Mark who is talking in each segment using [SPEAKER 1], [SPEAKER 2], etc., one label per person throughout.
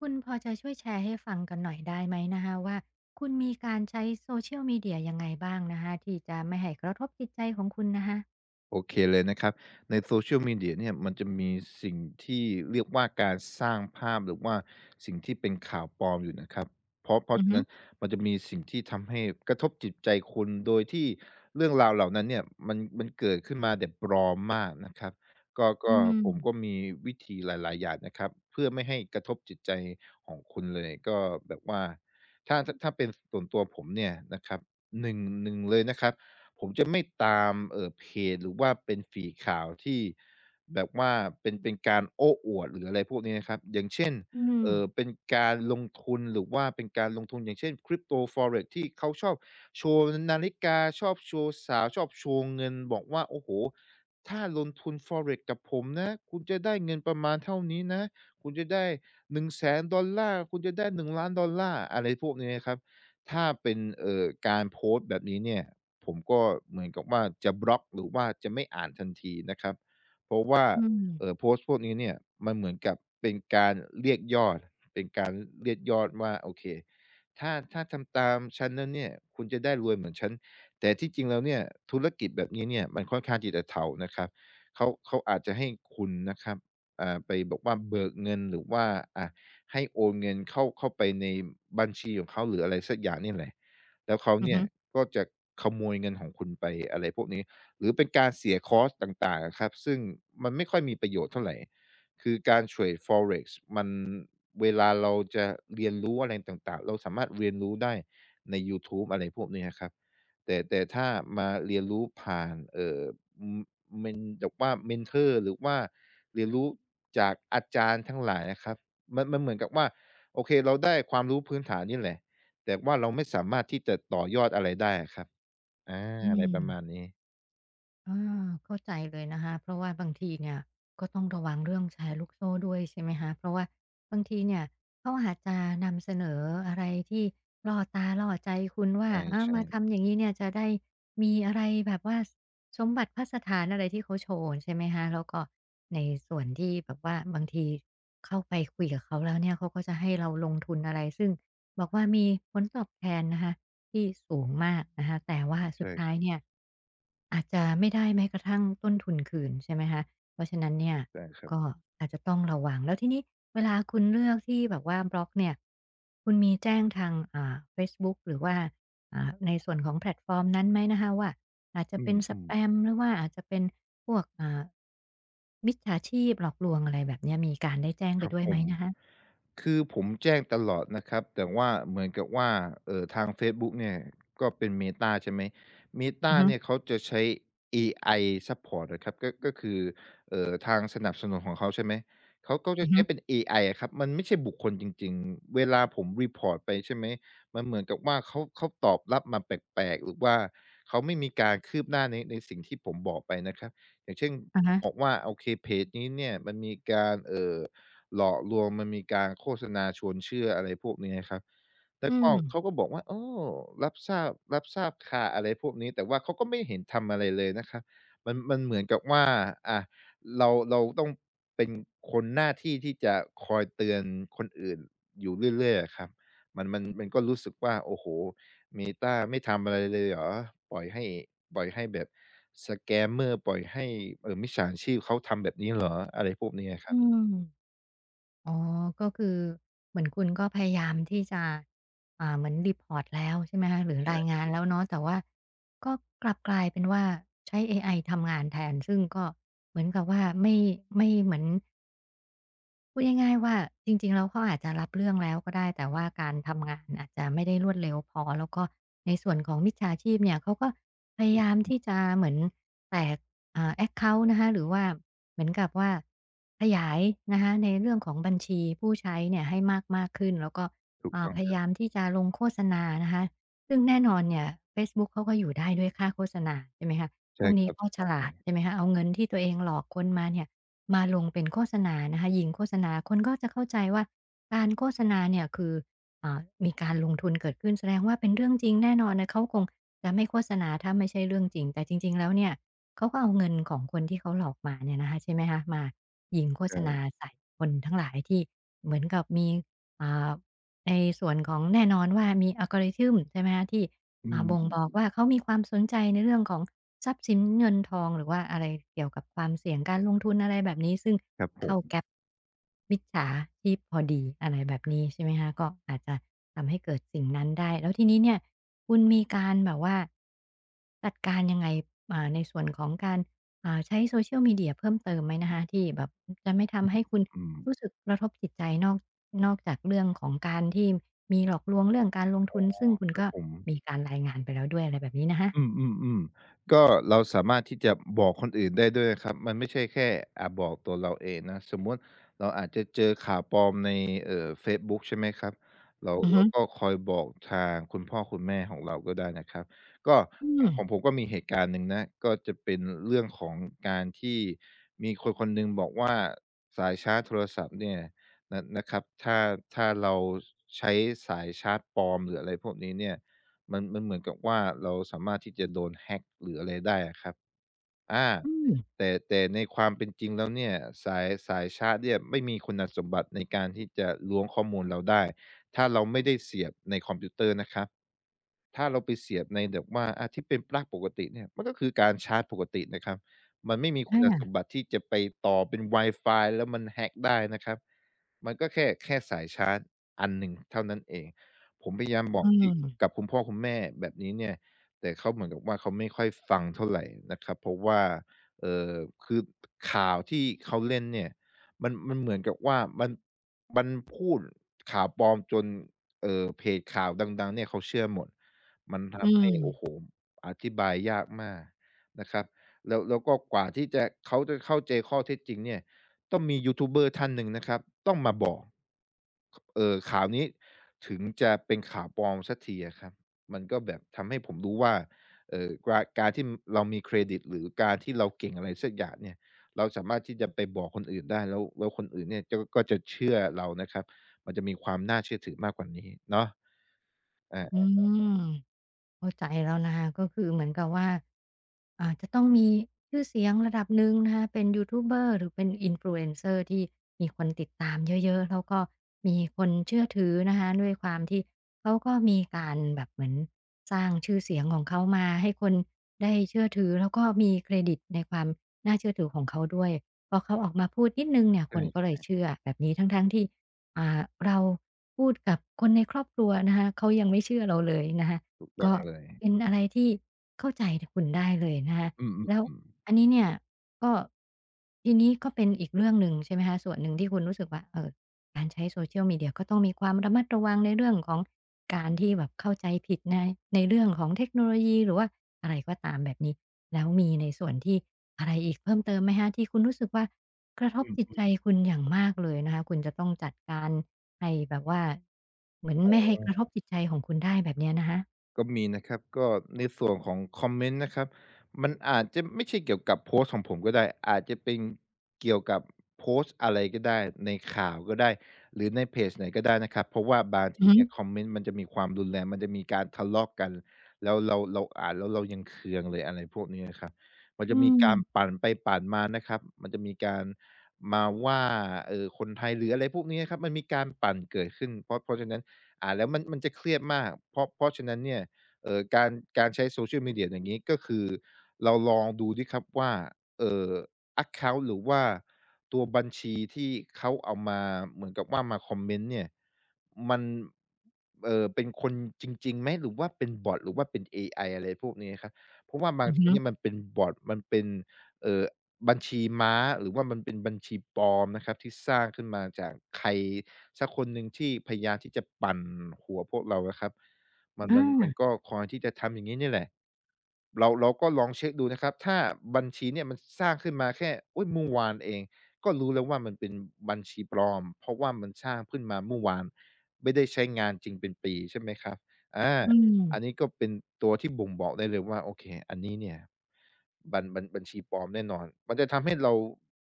[SPEAKER 1] คุณพอจะช่วยแชร์ให้ฟังกันหน่อยได้ไหมนะคะว่าคุณมีการใช้ Social Media ยลมีเดียยังไงบ้างนะคะที่จะไม่ให้กระทบจิตใจของคุณนะคะ
[SPEAKER 2] โอเคเลยนะครับในโซเชียลมีเดียเนี่ยมันจะมีสิ่งที่เรียกว่าการสร้างภาพหรือว่าสิ่งที่เป็นข่าวปลอมอยู่นะครับเพราะเพราะ
[SPEAKER 1] อือ
[SPEAKER 2] ฉะ
[SPEAKER 1] ฮึ
[SPEAKER 2] นั้นมันจะมีสิ่งที่ทำให้กระทบจิตใจคุณโดยที่เรื่องราวเหล่านั้นเนี่ยมันเกิดขึ้นมาแบบปลอมมากนะครับก็
[SPEAKER 1] อื
[SPEAKER 2] ก็
[SPEAKER 1] ม
[SPEAKER 2] ผมก็มีวิธีหลายๆอย่างนะครับเพื่อไม่ให้กระทบจิตใจของคุณเลยก็แบบว่าถ้าเป็นส่วนตัวผมเนี่ยนะครับหนึ่งหนึ่งเลยนะครับ ผมจะไม่ตามเพจหรือว่าเป็นฟีดข่าวที่แบบว่าเป็นการโอ้อวดหรืออะไรพวกนี้นะครับอย่างเช่น
[SPEAKER 1] อืม
[SPEAKER 2] เป็นการลงทุนหรือว่าเป็นการลงทุนอย่างเช่น Crypto Forex ที่เขาชอบโชว์นาฬิกาชอบโชว์สาวชอบโชว์เงินบอกว่าโอ้โฮ ผมนะคุณจะได้เงินประมาณเท่านี้นะคุณจะได้$100,000คุณจะได้หนึ0 0ล้านดอลลาร์อะไรพวกนี้นะครับถ้าเป็นการโพสต์แบบนี้เนี่ยผมก็เหมือนกับว่าจะบล็อกหรือว่าจะไม่อ่านทันทีนะครับเพราะว่า
[SPEAKER 1] อืม
[SPEAKER 2] โพสต์พวกนี้เนี่ยมันเหมือนกับเป็นการเรียกยอดเป็นการเรียกยอดว่าโอเคถ้าทำตามฉันแล้วเนี่ยคุณจะได้รวยเหมือนฉันแต่ที่จริงแล้วเนี่ยธุรกิจแบบนี้เนี่ยมันค่อนข้างที่จะเถานะครับ เขาอาจจะให้คุณนะครับเอ่าไปแบบว่าเบิกเงินหรือว่าอ่าให้โอนเงินเข้าไปในบัญชีของเขาหรืออะไรสักอย่างนี่แหละแล้วเขา
[SPEAKER 1] อือ
[SPEAKER 2] เนี่
[SPEAKER 1] ฮึ
[SPEAKER 2] ยก็จะขโมยเงินของคุณไปอะไรพวกนี้ หรือเป็นการเสียคอสตต่างๆอะครับซึ่งมันไม่ค่อยมีประโยชน์เท่าไหร่ คือการเทรด Forex มันเวลาเราจะเรียนรู้อะไรต่างๆเราสามารถเรียนรู้ได้ในยูทูบอะไรพวกนี้ะครับ แต่ถ้ามาเรียนรู้ผ่านเป็นแบบว่าเมนเทอร์หรือว่าเรียนรู้จากอาจารย์ทั้งหลายอะครับมันเหมือนกับว่าโอเคเราได้ความรู้พื้นฐานนี่แหละแต่ว่าเราไม่สามารถที่จะต่อยอดอะไรได้อะครับอา
[SPEAKER 1] อื
[SPEAKER 2] อะไรป
[SPEAKER 1] ม
[SPEAKER 2] ระมาณนี้
[SPEAKER 1] อาเข้าใจเลยนะคะเพราะว่าบางทีเนี่ยก็ต้องระวังเรื่องแชร์ลูกโซ่ด้วยใช่ไหมคะเพราะว่าบางทีเนี่ยเขาอาจจะนำเสนออะไรที่ล่อตาล่อใจคุณว่าอา
[SPEAKER 2] ใช่
[SPEAKER 1] มาทำ
[SPEAKER 2] ๆ
[SPEAKER 1] อย่างนี้เนี่ยจะได้มีอะไรแบบว่าสมบัติพัสถานอะไรที่เขาโชว์ใช่ไหมคะแล้วก็ในส่วนที่แบบว่าบางทีเข้าไปคุยกับเขาแล้วเนี่ยเขาก็จะให้เราลงทุนอะไรซึ่ง บอกว่ามีผลตอบแทนนะคะที่สูงมากนะคะแต่ว่าสุด
[SPEAKER 2] ใช่
[SPEAKER 1] ท้า
[SPEAKER 2] ค
[SPEAKER 1] ย
[SPEAKER 2] รับ
[SPEAKER 1] เนี่ยอาจจะไม่ได้แม้กระทั่งต้นทุนคืนใช่ไหมคะเพราะฉะนั้นเนี่ย
[SPEAKER 2] ใช่ครับ
[SPEAKER 1] ก็อาจจะต้องระวังแล้วทีนี้เวลาคุณเลือกที่แบบว่าบล็อกเนี่ยคุณมีแจ้งทางเฟซบุ๊กหรือว่าในส่วนของแพลตฟอร์มนั้นไหมนะคะว่าอาจจะเป็นส
[SPEAKER 2] อืม
[SPEAKER 1] แป
[SPEAKER 2] ๆ
[SPEAKER 1] มหรือว่าอาจจะเป็นพวกมิจฉาชีพหลอกลวงอะไรแบบเนี้ยมีการได้แจ้ง
[SPEAKER 2] ค
[SPEAKER 1] ไป
[SPEAKER 2] รับ
[SPEAKER 1] ด้วย
[SPEAKER 2] ผ
[SPEAKER 1] ไหม
[SPEAKER 2] ม
[SPEAKER 1] นะคะ
[SPEAKER 2] คือผมแจ้งตลอดนะครับแต่ว่าเหมือนกับว่าทางเฟซบุ๊กเนี่ยก็เป็น Meta ใช่ไหม Meta
[SPEAKER 1] อือฮึ
[SPEAKER 2] เนี่ยเขาจะใช้เอไอซัปพอร์ตอะครับก็คือทางสนับสนุนของเขาใช่ไหมเขาก็
[SPEAKER 1] ๆอ
[SPEAKER 2] จะใช้
[SPEAKER 1] ฮึ
[SPEAKER 2] เป็นเอไออะครับมันไม่ใช่บุคคลจริงๆเวลาผมรีพอร์ตไปใช่ไหมมันเหมือนกับว่าเขาตอบรับมาแปลกๆหรือว่าเขาไม่มีการคืบหน้าในสิ่งที่ผมบอกไปนะครับอย่างเช่น
[SPEAKER 1] อะฮะ
[SPEAKER 2] บอกว่าโอเคเพจนี้เนี่ยมันมีการหลอกลวงมันมีการโฆษณาชวนเชื่ออะไรพวกนี้นะครับแล้ว
[SPEAKER 1] อื
[SPEAKER 2] ก็
[SPEAKER 1] ม
[SPEAKER 2] เขาก็บอกว่าโอ้รับทราบรับทราบค่ะอะไรพวกนี้แต่ว่าเขาก็ไม่เห็นทำอะไรเลยนะครับมันเหมือนกับว่าอ่าเราต้องเป็นคนหน้าที่ที่จะคอยเตือนคนอื่นอยู่เรื่อยๆอะครับมันก็รู้สึกว่าโอ้โฮ Meta ไม่ทำอะไรเลยเหรอปล่อยให้ปล่อยให้แบบ Scammer ปล่อยให้มิจฉาชีพเขาทำแบบนี้เหรออะไรพวกนี้อะครั
[SPEAKER 1] อื
[SPEAKER 2] บ
[SPEAKER 1] มอ๋อก็คือเหมือนคุณก็พยายามที่จะเหมือนรีพอร์ตแล้วใช่ไหมคะหรือ
[SPEAKER 2] ใช่
[SPEAKER 1] รายงา
[SPEAKER 2] อืม
[SPEAKER 1] นแล้วเนาะแต่ว่าก็กลับกลายเป็นว่าใช้เอไอทำงานแทนซึ่งก็เหมือนกับว่าไม่เหมือน พูดง่ายๆว่าจริงๆแล้วเขาอาจจะรับเรื่องแล้วก็ได้แต่ว่าการทำงานอาจจะไม่ได้รวดเร็วพอแล้วก็ในส่วนของมิจฉาชีพเนี่ยเขาก็พยายามที่จะเหมือนแตกแอคเคานต์นะคะหรือว่าเหมือนกับว่าขยายนะคะในเรื่องของบัญชีผู้ใช้เนี่ยให้มากๆขึ้นแล้วก็
[SPEAKER 2] ถูกต้อ
[SPEAKER 1] พ
[SPEAKER 2] งค
[SPEAKER 1] ยา
[SPEAKER 2] รับ
[SPEAKER 1] ยามที่จะลงโฆษณานะคะซึ่งแน่นอนเนี่ยเฟซบุ๊กเขาก็อยู่ได้ด้วยค่าโฆษณาใช่ไหมคะพ
[SPEAKER 2] ใช่
[SPEAKER 1] วก
[SPEAKER 2] ค
[SPEAKER 1] นี้
[SPEAKER 2] รับ
[SPEAKER 1] ก็
[SPEAKER 2] ถูก
[SPEAKER 1] ฉ
[SPEAKER 2] ต้อง
[SPEAKER 1] ลา
[SPEAKER 2] เล
[SPEAKER 1] ด
[SPEAKER 2] ย
[SPEAKER 1] ใช่ไหมคะเอาเงินที่ตัวเองหลอกคนมาเนี่ย มาลงเป็นโฆษณานะคะยิงโฆษณาคนก็จะเข้าใจว่าการโฆษณาเนี่ยคืออ่ามีการลงทุนเกิดขึ้นแสดงว่าเป็นเรื่องจริงแน่นอนนะเขาคงจะไม่โฆษณาถ้าไม่ใช่เรื่องจริงแต่จริงๆแล้วเนี่ยเขาก็เอาเงินของคนที่เขาหลอกมาเนี่ยนะคะใช่ไหมคะมายิงโฆษณา
[SPEAKER 2] ใช่
[SPEAKER 1] ใส่คนทั้งหลายที่เหมือนกับมีอ่าในส่วนของแน่นอนว่ามี algorithm ใช่ไหมคะที่
[SPEAKER 2] อืม
[SPEAKER 1] บ่งบอกว่าเขามีความสนใจในเรื่องของทรัพย์สินเงินทองหรือว่าอะไรเกี่ยวกับความเสี่ยงการลงทุนอะไรแบบนี้ซึ่ง
[SPEAKER 2] ครับผ
[SPEAKER 1] เข้า
[SPEAKER 2] ม
[SPEAKER 1] แก๊ปมิจฉาชีพพอดีอะไรแบบนี้ใช่ไหมคะก็อาจจะทำให้เกิดสิ่งนั้นได้แล้วทีนี้เนี่ยคุณมีการแบบว่าจัดการยังไงในส่วนของการใช้ social media เชียลมีเดียเพิ่มเติมไหมนะคะที่แบบจะไม่ทำให้คุณ
[SPEAKER 2] อืม
[SPEAKER 1] รู้สึกกระทบจิตใจนอก นอกจากเรื่องของการที่มีหลอกลวงเรื่องการลงทุนซึ่งคุณ
[SPEAKER 2] ครับ
[SPEAKER 1] ก็
[SPEAKER 2] ผม
[SPEAKER 1] มีการรายงานไปแล้วด้วยอะไรแบบนี้นะคะ
[SPEAKER 2] อืมอืมอืมก็เราสามารถที่จะบอกคนอื่นได้ด้วยนะครับมันไม่ใช่แค่บอกตัวเราเองนะสมมุติเราอาจจะเจอข่าวปลอมในเฟซบุ๊กใช่ไหมครับเรา
[SPEAKER 1] อือฮึ
[SPEAKER 2] เราก็คอยบอกทางคุณพ่อคุณแม่ของเราก็ได้นะครับก็
[SPEAKER 1] อื
[SPEAKER 2] ข
[SPEAKER 1] ม
[SPEAKER 2] องของผมก็มีเหตุการณ์หนึ่งนะก็จะเป็นเรื่องของการที่มีคนคนหนึ่งบอกว่าสายชาร์จโทรศัพท์เนี่ยนะครับถ้าเราใช้สายชาร์จปลอมหรืออะไรพวกนี้เนี่ย มันเหมือนกับว่าเราสามารถที่จะโดนแฮ็ k หรืออะไรได้อะครับอา
[SPEAKER 1] อืม
[SPEAKER 2] แต่ในความเป็นจริงแล้วเนี่ยสายชาร์จเนี่ยไม่มีคุณสมบัติในการที่จะล้วงข้อมูลเราได้ถ้าเราไม่ได้เสียบในคอมพิวเตอร์นะครับถ้าเราไปเสียบในแบบว่าอาที่เป็นปลั๊กปกติเนี่ยมันก็คือการชาร์จปกตินะครับมันไม่มีคุณสม
[SPEAKER 1] อา
[SPEAKER 2] บัติที่จะไปต่อเป็นวายฟายแล้วมัน hack ได้นะครับ มันก็แค่สายชาร์จอันหนึ่งเท่านั้นเอง ผมพยายามบอ
[SPEAKER 1] อื
[SPEAKER 2] กที่
[SPEAKER 1] ม
[SPEAKER 2] กับคุณพ่อคุณแม่แบบนี้เนี่ยแต่เขาเหมือนกับว่าเขาไม่ค่อยฟังเท่าไรนะครับเพราะว่าเอ่อคือข่าวที่เขาเล่นเนี่ยมันเหมือนกับว่ามันพูดข่าวปลอมจนเพจข่าวดังๆเนี่ยเขาเชื่อหมดมัน
[SPEAKER 1] อื
[SPEAKER 2] ทำให้
[SPEAKER 1] ม
[SPEAKER 2] โอ้โฮอธิบายยากมากนะครับแล้วก็กว่าที่จะเขาจะเข้าใจข้อเท็จจริงเนี่ยต้องมียูทูบเบอร์ท่านหนึ่งนะครับต้องมาบอกขเอ่อข่าวนี้ ถึงจะเป็นข่าวปลอมสักทีอะครับ มันก็แบบทำให้ผมรู้ว่าการที่เรามีเครดิตหรือการที่เราเก่งอะไรสักอย่างเนี่ยเราสามารถที่จะไปบอกคนอื่นได้แล้วคนอื่นเนี่ยจะก็จะเชื่อเรานะครับ มันจะมีความน่าเชื่อถือมากกว่านี้เนาะ
[SPEAKER 1] อื
[SPEAKER 2] อา
[SPEAKER 1] ม เข้าใจแล้วนะคะก็คือเหมือนกับว่าอาจจะต้องมีชื่อเสียงระดับหนึ่งนะคะเป็นยูทูบเบอร์หรือเป็นอินฟลูเอนเซ c ร์ที่มีคนติดตามเยอะๆแล้วก็มีคนเชื่อถือนะคะด้วยความที่เขาก็มีการแบบเหมือนสร้างชื่อเสียงของเขามาให้คนได้เชื่อถือแล้วก็มีเครดิตในความน่าเชื่อถือของเขาด้วยพอเขาออกมาพูดนิดนึงเนี่ย
[SPEAKER 2] ใช
[SPEAKER 1] คนก็เล
[SPEAKER 2] ่
[SPEAKER 1] ยเชื่อแบบนี้ทั้งๆที่อ่าเราพูดกับคนในครอบครัวนะคะเขายังไม่เชื่อเราเลยนะคะ
[SPEAKER 2] ถูกต้อ
[SPEAKER 1] ก็
[SPEAKER 2] งเลย
[SPEAKER 1] เป็นอะไรที่เข้าใจคุณได้เลยนะคะ
[SPEAKER 2] อื
[SPEAKER 1] แล้ว
[SPEAKER 2] อๆ
[SPEAKER 1] อันนี้เนี่ยก็ทีนี้ก็เป็นอีกเรื่องหนึ่งใช่ไหมคะส่วนหนึ่งที่คุณรู้สึกว่าเออการใช้ Social Media ก็ต้องมีความระมัดระวังในเรื่องของการที่แบบเข้าใจผิดในเรื่องของเทคโนโลยีหรือว่าอะไรก็ตามแบบนี้แล้วมีในส่วนที่อะไรอีกเพิ่มเติมไหมคะที่คุณรู้สึกว่ากระท
[SPEAKER 2] ๆอื
[SPEAKER 1] บจิต
[SPEAKER 2] ม
[SPEAKER 1] ใจคุณอย่างมากเลยนะคะคุณจะต้องจัดการให้แบบว่าเหมือนไม่ให้กระทบจิตใจของคุณได้แบบเนี้ยนะคะ
[SPEAKER 2] ก็มีนะครับก็ในส่วนของคอมเมนต์นะครับมันอาจจะไม่ใช่เกี่ยวกับโพสต์ของผมก็ได้อาจจะเป็นเกี่ยวกับโพสต์อะไรก็ได้ในข่าวก็ได้หรือในเพจไหนก็ได้นะครับเพราะว่าบาง
[SPEAKER 1] อื
[SPEAKER 2] ที
[SPEAKER 1] อฮึ
[SPEAKER 2] เนี่ยคอมเมนต์มันจะมีความรุนแรงมันจะมีการทะเลาะกันแล้วเราอ่านแล้วเรายังเคืองเลยอะไรพวกนี้นะครับมัน
[SPEAKER 1] อื
[SPEAKER 2] จะมีการ
[SPEAKER 1] ม
[SPEAKER 2] ปั่นไปปั่นมานะครับมันจะมีการมาว่าคนไทยหรืออะไรพวกนี้นะครับมันมีการปั่นเกิดขึ้นเพราะฉะนั้น อ่านแล้วมันจะเครียดมากเพราะฉะนั้นเนี่ยเอ่อการการใช้ Social Media อย่างงี้ก็คือเราลองดูดิครับว่าเอ่อแอ็กเคานต์หรือว่า ธีที่เขาเอามาเหมือนกับว่ามาคอมเมนต์เนี่ยมันเป็นคนจริงๆไหมหรือว่าเป็นบอตหรือว่าเป็นเอไออะไรพวกนี้ครับเพราะว่าบา
[SPEAKER 1] อื
[SPEAKER 2] ง
[SPEAKER 1] อฮึ
[SPEAKER 2] ทีเนี่ยมันเป็นบอตมันเป็นเอ่อบัญชีม้าหรือว่ามันเป็นบัญชีปลอมนะครับที่สร้างขึ้นมาจากใครสักคนหนึ่งที่พยายามที่จะปั่นหัวพวกเราอะครับมัน
[SPEAKER 1] อา
[SPEAKER 2] มันมันก็คอยที่จะทำอย่างงี้นี่แหละเราก็ลองเช็กดูนะครับถ้าบัญชีเนี่ยมันสร้างขึ้นมาแค่อุ๊ยเมื่อวานเอง ก็รู้แล้วว่ามันเป็นบัญชีปลอมเพราะว่ามันสร้างขึ้นมาเมื่อวานไม่ได้ใช้งานจริงเป็นปีใช่ไหมครับอา
[SPEAKER 1] อืม
[SPEAKER 2] อันนี้ก็เป็นที่บ่งบอกได้เลยว่าโอเคอันนี้เนี่ยบัญชีปลอมแน่นอนมันจะทำให้เรา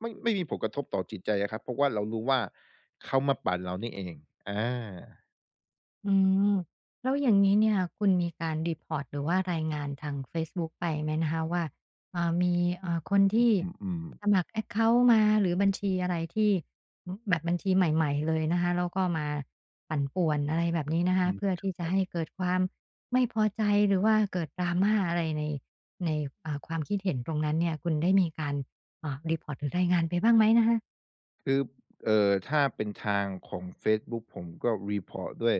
[SPEAKER 2] ไม่มีผลกระทบต่อจิตใจอะครับเพราะว่าเรารู้ว่าเขามาปั่นเรานี่เองอา
[SPEAKER 1] อืมแล้วอย่างนี้เนี่ยคุณมีการรีพอร์ตหรือว่ารายงานทางเฟซบุ๊กไปไหมนะคะว่ามีคนที่
[SPEAKER 2] อืม
[SPEAKER 1] ส
[SPEAKER 2] ๆ
[SPEAKER 1] มัครแอ็กเคานต์มาหรือบัญชีอะไรที่อือแบบบัญชีใหม่ๆเลยนะคะแล้วก็มาปั่นป่วนอะไรแบบนี้นะคะเพื่อที่จะให้เกิดความไม่พอใจหรือว่าเกิด drama อะไรในในความคิดเห็นตรงนั้นเนี่ยคุณได้มีการรีพอร์ตหรือรายงานไปบ้างไหมนะคะ
[SPEAKER 2] คือถ้าเป็นทางของเฟซบุ๊กผมก็รีพอร์ตด้วย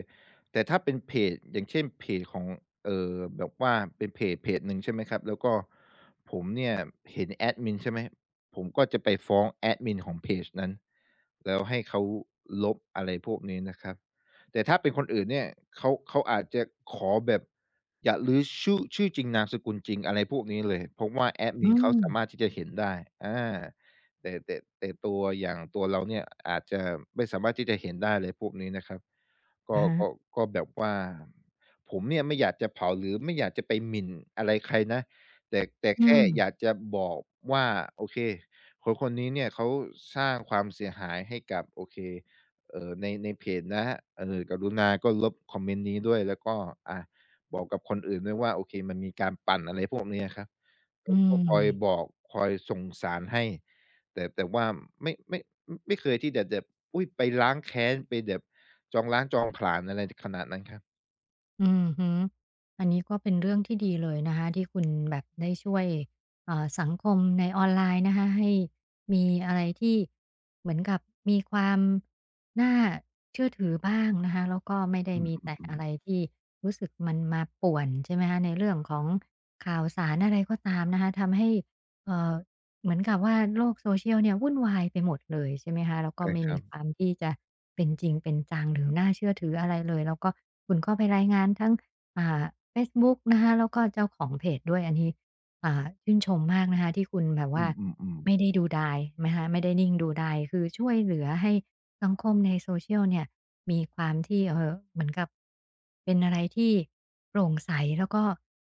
[SPEAKER 2] แต่ถ้าเป็นเพจอย่างเช่นเพจของแบบว่าเป็นเพจหนึ่งใช่ไหมครับแล้วก็ผมเนี่ยเห็นแอดมินใช่ไหมผมก็จะไปฟ้องแอดมินของเพจนั้นแล้วให้เขาลบอะไรพวกนี้นะครับแต่ถ้าเป็นคนอื่นเนี่ยเขาอาจจะขอแบบอย่ารื้อชื่อจริงนามสกุลจริงอะไรพวกนี้เลยเพราะว่าแอด
[SPEAKER 1] อื
[SPEAKER 2] มิน
[SPEAKER 1] ม
[SPEAKER 2] เขาสามารถที่จะเห็นได้อา แต่ตัวอย่างตัวเราเนี่ยอาจจะไม่สามารถที่จะเห็นได้เลยพวกนี้นะครับก็
[SPEAKER 1] อะฮะ
[SPEAKER 2] ก็ก็แบบว่าผมเนี่ยไม่อยากจะเผาหรือไม่อยากจะไปหมิ่นอะไรใครนะแต่
[SPEAKER 1] อื
[SPEAKER 2] แค่
[SPEAKER 1] ม
[SPEAKER 2] อยากจะบอกว่าโอเคคนคนนี้เนี่ยเขาสร้างความเสียหายให้กับโอเคในเพจนะเออกรุณาก็ลบคอมเมนต์นี้ด้วยแล้วก็อ่ะบอกกับคนอื่นด้วยว่าโอเคมันมีการปั่นอะไรพวกเนี้ยครับ
[SPEAKER 1] อื
[SPEAKER 2] ก็คอยบ
[SPEAKER 1] ม
[SPEAKER 2] อกคอยส่งสารให้ แต่ว่าไม่ไม่ไม่เคยที่จะแบบอุ๊ยไปล้างแค้นไปแบบจองล้างจองผลาญอะไรขนาดนั้นครับ
[SPEAKER 1] อือฮึอันนี้ก็เป็นเรื่องที่ดีเลยนะคะที่คุณแบบได้ช่วยเอ่าสังคมในออนไลน์นะคะให้มีอะไรที่เหมือนกับมีความน่าเชื่อถือบ้างนะคะแล้วก็ไม่ได้
[SPEAKER 2] อืม
[SPEAKER 1] มีแต่อะไรที่รู้สึกมันมาป่วนใช่ไหมคะในเรื่องของข่าวสารอะไรก็ตามนะคะทำให้เอ่อ เหมือนกับว่าโลกโซเชียลเนี่ยวุ่นวายไปหมดเลยใช่ไหมคะ
[SPEAKER 2] ๆ
[SPEAKER 1] แล้ว
[SPEAKER 2] ๆ
[SPEAKER 1] ก็
[SPEAKER 2] ใช่
[SPEAKER 1] ไม่
[SPEAKER 2] ครั
[SPEAKER 1] มี
[SPEAKER 2] บ
[SPEAKER 1] ความที่จะเป็นจริงเป็นจังหรือน่าเชื่อถืออะไรเลยแล้วก็คุณก็ไปรายงานทั้งอ่าเฟซบุ๊กนะคะแล้วก็เจ้าของเพจด้วยอันนี้ชื่นชมมากนะคะที่คุณแบบ
[SPEAKER 2] อื
[SPEAKER 1] ว่า
[SPEAKER 2] มๆ
[SPEAKER 1] ไม่
[SPEAKER 2] ๆ
[SPEAKER 1] ได้ดูดายนะคะไม่ได้นิ่งดูดายคือช่วยเหลือให้ สังคมใน social เชียลเนี่ยมีความที่เหมือนกับเป็นอะไรที่โปร่งใสแล้วก็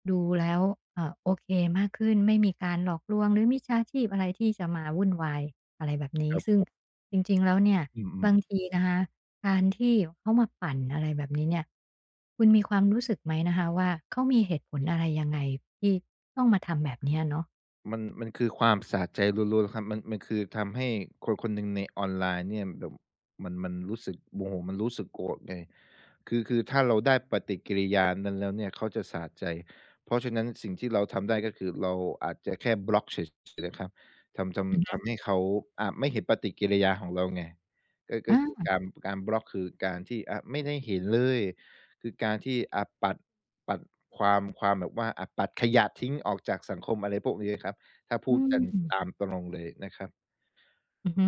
[SPEAKER 1] ดูแล้วโอเคมากขึ้นไม่มีการหลอกลวงหรือมิจฉาชีพอะไรที่จะมาวุ่นวายอะไรแบบนี้
[SPEAKER 2] ครับ
[SPEAKER 1] ซึ่
[SPEAKER 2] ผ
[SPEAKER 1] ง
[SPEAKER 2] ม
[SPEAKER 1] จริงๆแล้วเนี่ย
[SPEAKER 2] อืม
[SPEAKER 1] บางทีนะคะการที่เขามาปั่นอะไรแบบนี้เนี่ยคุณมีความรู้สึกไหมนะคะว่าเขามีเหตุผลอะไรยังไงที่ต้องมาทำแบบเนี้ยเนาะ
[SPEAKER 2] มันคือความสะใจล้วนๆครับมันคือทำให้คนคนหนึ่งในออนไลน์เนี่ยแบบมันรู้สึกโมโหมันรู้สึกโกรธไงคือถ้าเราได้ปฏิกิริยานั้นแล้วเนี่ยเขาจะสะใจเพราะฉะนั้นสิ่งที่เราทำได้ก็คือเราอาจจะแค่บล็อกเฉยๆนะครับทำ
[SPEAKER 1] อือ
[SPEAKER 2] ทำ
[SPEAKER 1] ฮึ
[SPEAKER 2] ทำให้เขาอ่าไม่เห็นปฏิกิริยาของเราไงก็
[SPEAKER 1] อ
[SPEAKER 2] คือ
[SPEAKER 1] า
[SPEAKER 2] การบล็อกคือการที่อ่าไม่ได้เห็นเลยคือการที่อ่าปัดความแบบว่าอาปัดขยะทิ้งออกจากสังคมอะไรพวกนี้ครับถ้าพู
[SPEAKER 1] อื
[SPEAKER 2] ด
[SPEAKER 1] ม
[SPEAKER 2] กันตามตรงเลยนะครับ
[SPEAKER 1] อือฮึ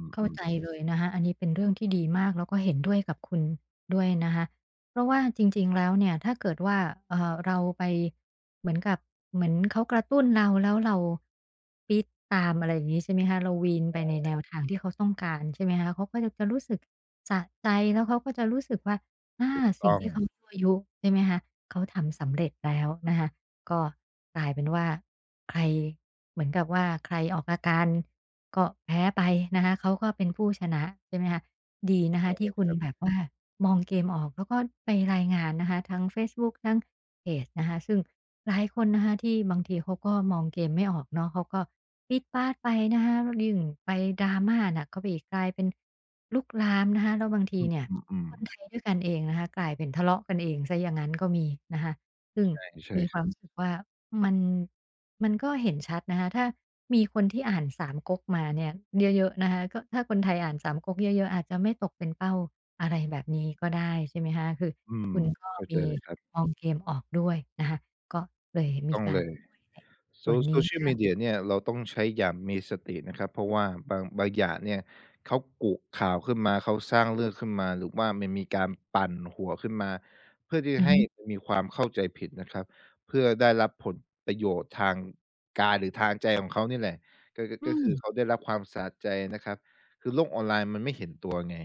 [SPEAKER 2] อ
[SPEAKER 1] เข้า
[SPEAKER 2] ื
[SPEAKER 1] ใจ
[SPEAKER 2] ม
[SPEAKER 1] เลยนะคะอันนี้เป็นเรื่องที่ดีมากแล้วก็เห็นด้วยกับคุณด้วยนะคะเพราะว่าจริงๆ แล้วเนี่ยถ้าเกิดว่าเราไปเหมือนกับเหมือนเขากระตุ้นเราแล้วเราปี๊ดตามอะไรอย่างงี้ใช่ไหมคะเราวีนไปในแนวทางที่เขาต้องการใช่ไหมคะเขาก็จะรู้สึกสะใจแล้วเขาก็จะรู้สึกว่าอา
[SPEAKER 2] ถูก
[SPEAKER 1] สิ่ง
[SPEAKER 2] ต้อง
[SPEAKER 1] ที่เขายั่วยุใช่ไหมคะเขาทำสำเร็จแล้วนะคะก็กลายเป็นว่าใครเหมือนกับว่าใครออกอาการ ก็แพ้ไปนะคะเขาก็เป็นผู้ชนะใช่ไหมคะดีนะคะที่คุณแบบว่ามองเกมออกแล้วก็ไปรายงานนะคะทั้งเฟซบุ๊กทั้งเพจนะคะซึ่งหลายคนนะคะที่บางทีเขาก็มองเกมไม่ออกเนาะเขาก็ปี๊ดป๊าดไปนะคะยิ่งไป drama หนักเข้าไปอีกกลายเป็นลุกลามนะคะแล้วบาง
[SPEAKER 2] อ
[SPEAKER 1] ทีเนี่ย
[SPEAKER 2] ื
[SPEAKER 1] คนไท
[SPEAKER 2] ม
[SPEAKER 1] ยด้วยกันเองนะคะกลายเป็นทะเลาะกันเองเสียอย่างนั้นก็มีนะคะซึ่
[SPEAKER 2] ๆ
[SPEAKER 1] ง
[SPEAKER 2] ๆใช่ใช่
[SPEAKER 1] มีค
[SPEAKER 2] ค
[SPEAKER 1] วา
[SPEAKER 2] รั
[SPEAKER 1] ม
[SPEAKER 2] บ
[SPEAKER 1] รู้สึกว่ามันมันก็เห็นชัดนะคะถ้ามีคนที่อ่านสามก๊กมาเนี่ยเยอะๆนะคะก็ถ้าคนไทยอ่านสามก๊กเยอะๆอาจจะไม่ตกเป็นเป้าอะไรแบบนี้ก็ได้ใช่ไหมคะคือ
[SPEAKER 2] อืม
[SPEAKER 1] คุณก็
[SPEAKER 2] เข้าใจ
[SPEAKER 1] มี
[SPEAKER 2] เลยครับ
[SPEAKER 1] มองเกมออกด้วยนะคะก็เลย
[SPEAKER 2] ถูก
[SPEAKER 1] มี
[SPEAKER 2] ต้อง
[SPEAKER 1] กา
[SPEAKER 2] เล
[SPEAKER 1] ร
[SPEAKER 2] ย
[SPEAKER 1] ช่วยใน
[SPEAKER 2] โซ
[SPEAKER 1] ส่วนนี้
[SPEAKER 2] social
[SPEAKER 1] ได้
[SPEAKER 2] media เนี่ยเราต้องใช้อย่างมีสตินะครับเพราะว่าบางอย่างเนี่ยเขากุข่าวขึ้นมาเขาสร้างเรื่องขึ้นมาหรือว่ามันมีการปั่นหัวขึ้นมาเพื่อที่
[SPEAKER 1] อือ
[SPEAKER 2] ให้
[SPEAKER 1] ฮึ
[SPEAKER 2] มีความเข้าใจผิดนะครับเพื่อได้รับผลประโยชน์ทางกายหรือทางใจของเขานี่แหละก็ก็
[SPEAKER 1] อื
[SPEAKER 2] ก็
[SPEAKER 1] ม
[SPEAKER 2] คือเขาได้รับความสะใจนะครับคือโลกออนไลน์มันไม่เห็นตัวไง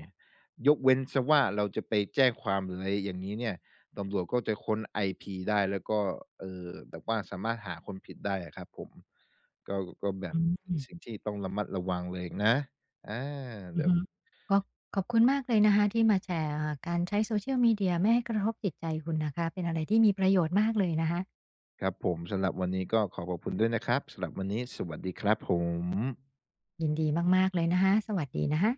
[SPEAKER 2] ยกเว้นซะว่าเราจะไปแจ้งความหรืออะไรอย่างนี้เนี่ย ตำรวจก็จะค้นไอพีได้แล้วก็แบบว่าสามารถหาคนผิดได้อะครับผมก็ก็แบบ
[SPEAKER 1] อื
[SPEAKER 2] เป็
[SPEAKER 1] ม
[SPEAKER 2] นสิ่งที่ต้องระมัดระวังเลยนะอา
[SPEAKER 1] อื
[SPEAKER 2] แบ
[SPEAKER 1] อ
[SPEAKER 2] บ
[SPEAKER 1] ฮึก็ขอบคุณมากเลยนะคะที่มาแชร์อ่าการใช้ Social Media ไม่ให้กระทบจิตใจคุณนะคะเป็นอะไรที่มีประโยชน์มากเลยนะคะ
[SPEAKER 2] ครับผมสำหรับวันนี้ก็ขอบคุณด้วยนะครับสำหรับวันนี้สวัสดีครับผม
[SPEAKER 1] ยินดีมากๆเลยนะคะสวัสดีนะคะ